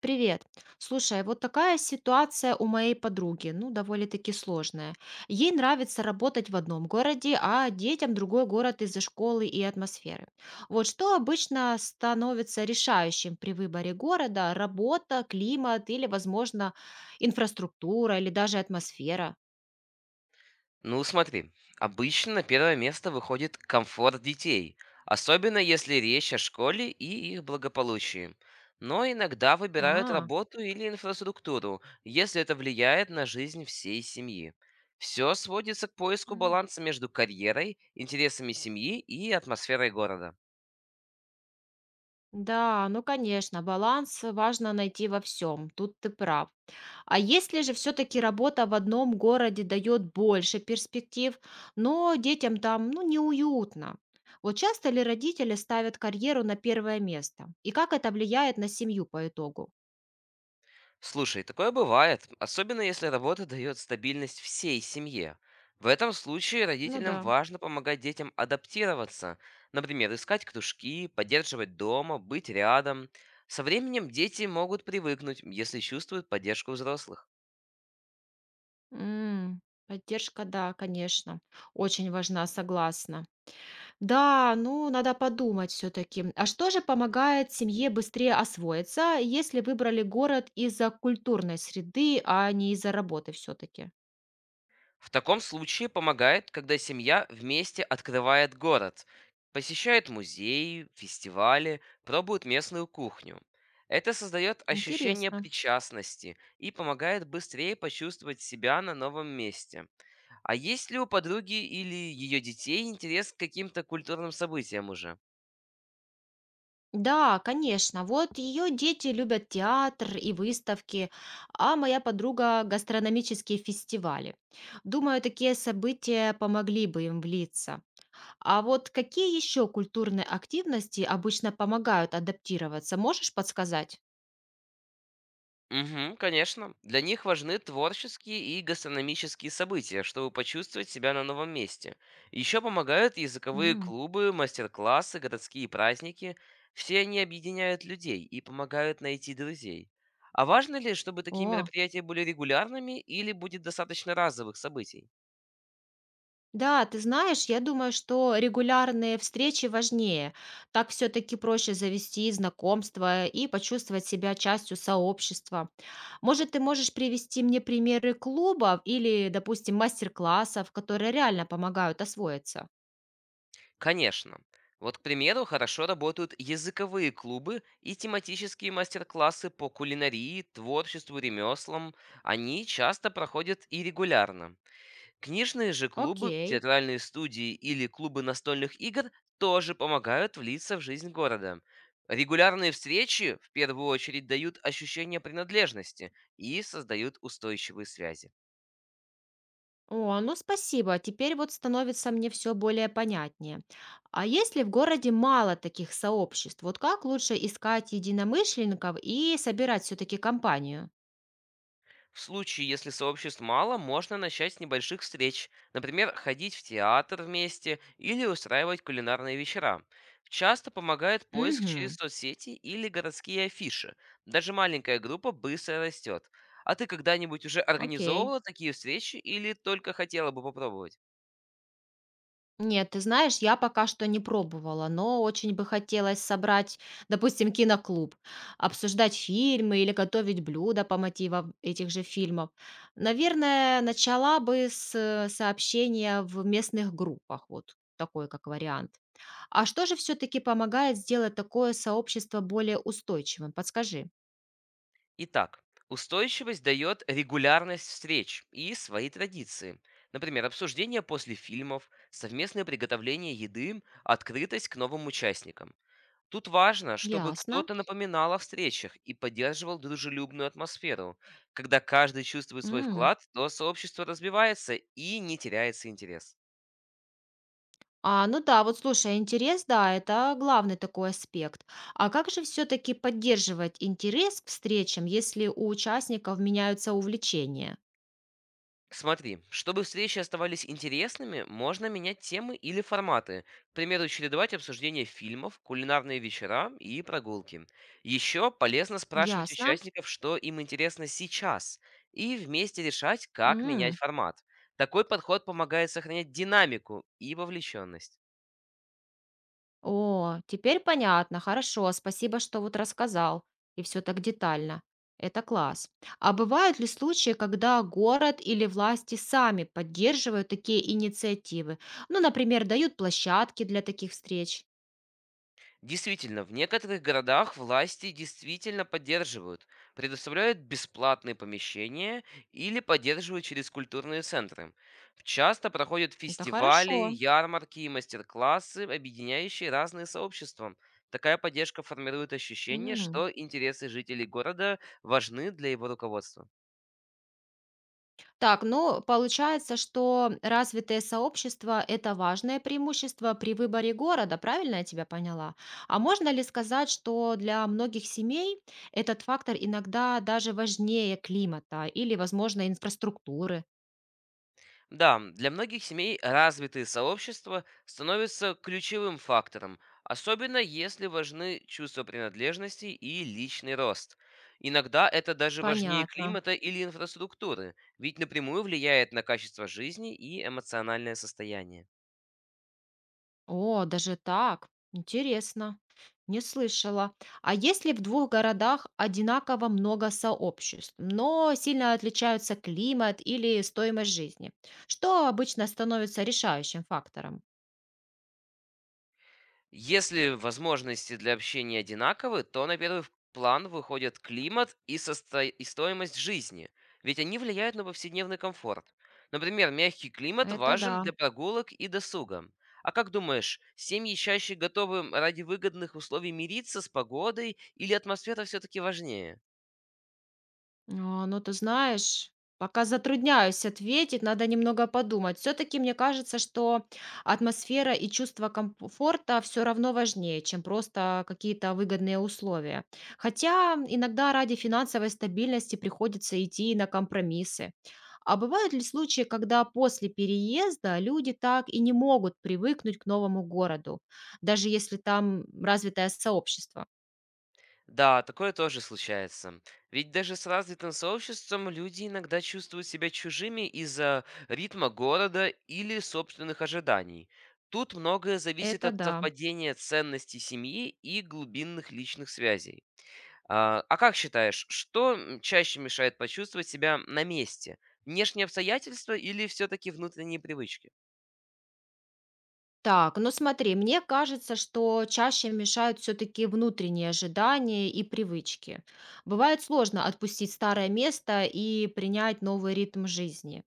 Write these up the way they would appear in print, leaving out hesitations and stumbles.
Привет. Слушай, вот такая ситуация у моей подруги, ну, довольно-таки сложная. Ей нравится работать в одном городе, а детям другой город из-за школы и атмосферы. Вот что обычно становится решающим при выборе города: работа, климат или, возможно, инфраструктура или даже атмосфера. Ну смотри, обычно на первое место выходит комфорт детей, особенно если речь о школе и их благополучии. Но иногда выбирают А. работу или инфраструктуру, если это влияет на жизнь всей семьи. Все сводится к поиску М, баланса между карьерой, интересами семьи и атмосферой города. да, ну, конечно, баланс важно найти во всем, тут ты прав. А если же все-таки работа в одном городе дает больше перспектив, но детям там, ну, неуютно? Вот часто ли родители ставят карьеру на первое место? И как это влияет на семью по итогу? Слушай, такое бывает, особенно если работа дает стабильность всей семье. В этом случае Ну да. родителям важно помогать детям адаптироваться, например, искать кружки, поддерживать дома, быть рядом. Со временем дети могут привыкнуть, если чувствуют поддержку взрослых. М, Поддержка, да, конечно. Очень важна, согласна. Да, ну, надо подумать все-таки. А что же помогает семье быстрее освоиться, если выбрали город из-за культурной среды, а не из-за работы все-таки? В таком случае помогает, когда семья вместе открывает город, посещает музеи, фестивали, пробует местную кухню. Это создает ощущение Интересно. причастности и помогает быстрее почувствовать себя на новом месте. А есть ли у подруги или ее детей интерес к каким-то культурным событиям уже? Да, конечно. Вот ее дети любят театр и выставки, а моя подруга — гастрономические фестивали. Думаю, такие события помогли бы им влиться. А вот какие еще культурные активности обычно помогают адаптироваться? Можешь подсказать? Мгм, конечно. Для них важны творческие и гастрономические события, чтобы почувствовать себя на новом месте. Еще помогают языковые М, клубы, мастер-классы, городские праздники. Все они объединяют людей и помогают найти друзей. А важно ли, чтобы такие О, мероприятия были регулярными или будет достаточно разовых событий? Да, ты знаешь, я думаю, что регулярные встречи важнее. Так все-таки проще завести знакомство и почувствовать себя частью сообщества. Может, ты можешь привести мне примеры клубов или, допустим, мастер-классов, которые реально помогают освоиться? Конечно. Вот, к примеру, хорошо работают языковые клубы и тематические мастер-классы по кулинарии, творчеству, ремеслам. Они часто проходят и регулярно. Книжные же клубы, Окей. театральные студии или клубы настольных игр тоже помогают влиться в жизнь города. Регулярные встречи в первую очередь дают ощущение принадлежности и создают устойчивые связи. О, ну спасибо, теперь вот становится мне все более понятнее. А если в городе мало таких сообществ, вот как лучше искать единомышленников и собирать все-таки компанию? В случае, если сообществ мало, можно начать с небольших встреч. Например, ходить в театр вместе или устраивать кулинарные вечера. Часто помогает поиск через Угу. соцсети или городские афиши. Даже маленькая группа быстро растет. А ты когда-нибудь уже Окей. организовывала такие встречи или только хотела бы попробовать? Нет, ты знаешь, я пока что не пробовала, но очень бы хотелось собрать, допустим, киноклуб, обсуждать фильмы или готовить блюда по мотивам этих же фильмов. Наверное, начала бы с сообщения в местных группах, вот такой как вариант. А что же все-таки помогает сделать такое сообщество более устойчивым? Подскажи. Итак, устойчивость дает регулярность встреч и свои традиции. Например, обсуждение после фильмов, совместное приготовление еды, открытость к новым участникам. Тут важно, чтобы Ясно. кто-то напоминал о встречах и поддерживал дружелюбную атмосферу. Когда каждый чувствует свой вклад, то сообщество развивается и не теряется интерес. А, ну да, вот слушай, интерес, да, это главный такой аспект. А как же все-таки поддерживать интерес к встречам, если у участников меняются увлечения? Смотри, чтобы встречи оставались интересными, можно менять темы или форматы. К примеру, чередовать обсуждение фильмов, кулинарные вечера и прогулки. Еще полезно спрашивать Ясно. участников, что им интересно сейчас, и вместе решать, как менять М, формат. Такой подход помогает сохранять динамику и вовлеченность. О, теперь понятно, хорошо, спасибо, что вот рассказал. И все так детально. Это класс. А бывают ли случаи, когда город или власти сами поддерживают такие инициативы? Ну, например, дают площадки для таких встреч. Действительно, в некоторых городах власти действительно поддерживают, предоставляют бесплатные помещения или поддерживают через культурные центры. Часто проходят Это фестивали, хорошо. ярмарки и мастер-классы, объединяющие разные сообщества. Такая поддержка формирует ощущение, М. что интересы жителей города важны для его руководства. Так, ну, получается, что развитое сообщество — это важное преимущество при выборе города, правильно я тебя поняла? А можно ли сказать, что для многих семей этот фактор иногда даже важнее климата или, возможно, инфраструктуры? Да, для многих семей развитые сообщества становятся ключевым фактором, особенно если важны чувство принадлежности и личный рост. Иногда это даже важнее Понятно. климата или инфраструктуры, ведь напрямую влияет на качество жизни и эмоциональное состояние. О, даже так. Интересно. Не слышала. А если в двух городах одинаково много сообществ, но сильно отличаются климат или стоимость жизни? Что обычно становится решающим фактором? Если возможности для общения одинаковы, то на первый план выходят климат и стоимость жизни, ведь они влияют на повседневный комфорт. Например, мягкий климат Это важен да. для прогулок и досуга. А как думаешь, семьи чаще готовы ради выгодных условий мириться с погодой или атмосфера все-таки важнее? А, ну, ты знаешь, пока затрудняюсь ответить, надо немного подумать. Все-таки мне кажется, что атмосфера и чувство комфорта все равно важнее, чем просто какие-то выгодные условия. Хотя иногда ради финансовой стабильности приходится идти на компромиссы. А бывают ли случаи, когда после переезда люди так и не могут привыкнуть к новому городу, даже если там развитое сообщество? Да, такое тоже случается. Ведь даже с развитым сообществом люди иногда чувствуют себя чужими из-за ритма города или собственных ожиданий. Тут многое зависит Это от да. совпадения ценностей семьи и глубинных личных связей. А как считаешь, чаще мешает почувствовать себя на месте? Внешние обстоятельства или все-таки внутренние привычки? Так, ну смотри, мне кажется, что чаще мешают все-таки внутренние ожидания и привычки. Бывает сложно отпустить старое место и принять новый ритм жизни.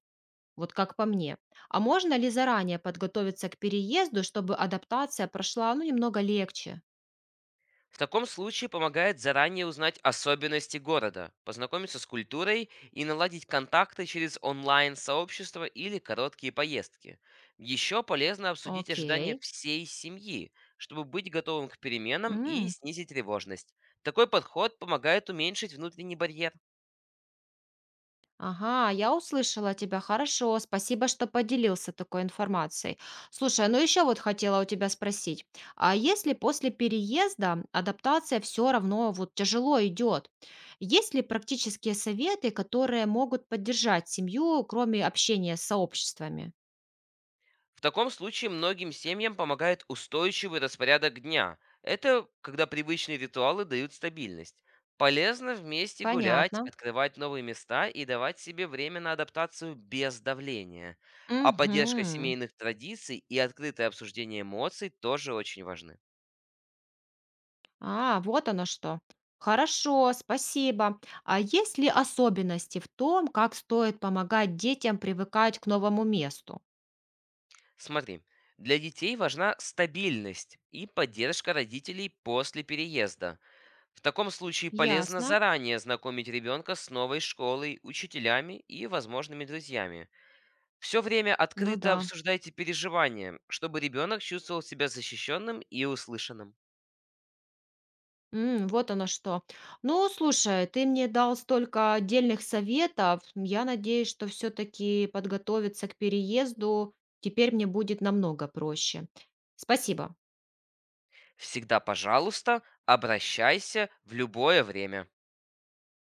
Вот как по мне. А можно ли заранее подготовиться к переезду, чтобы адаптация прошла, ну, немного легче? В таком случае помогает заранее узнать особенности города, познакомиться с культурой и наладить контакты через онлайн-сообщество или короткие поездки. Еще полезно обсудить ожидания Окей. всей семьи, чтобы быть готовым к переменам и снизить тревожность. Такой подход помогает уменьшить внутренний барьер. Ага, я услышала тебя. Хорошо, спасибо, что поделился такой информацией. Слушай, а ну еще вот хотела у тебя спросить, а если после переезда адаптация все равно вот тяжело идет, есть ли практические советы, которые могут поддержать семью, кроме общения с сообществами? В таком случае многим семьям помогает устойчивый распорядок дня. Это когда привычные ритуалы дают стабильность. Полезно вместе гулять, Понятно. открывать новые места и давать себе время на адаптацию без давления. А поддержка Угу. семейных традиций и открытое обсуждение эмоций тоже очень важны. А, вот оно что. Хорошо, спасибо. А есть ли особенности в том, как стоит помогать детям привыкать к новому месту? Смотри, для детей важна стабильность и поддержка родителей после переезда. В таком случае полезно Ясно. заранее знакомить ребенка с новой школой, учителями и возможными друзьями. Все время Ну открыто да. обсуждайте переживания, чтобы ребенок чувствовал себя защищенным и услышанным. Вот оно что. Ну, слушай, ты мне дал столько отдельных советов. Я надеюсь, что все-таки подготовиться к переезду теперь мне будет намного проще. Спасибо. Всегда, пожалуйста, обращайся в любое время.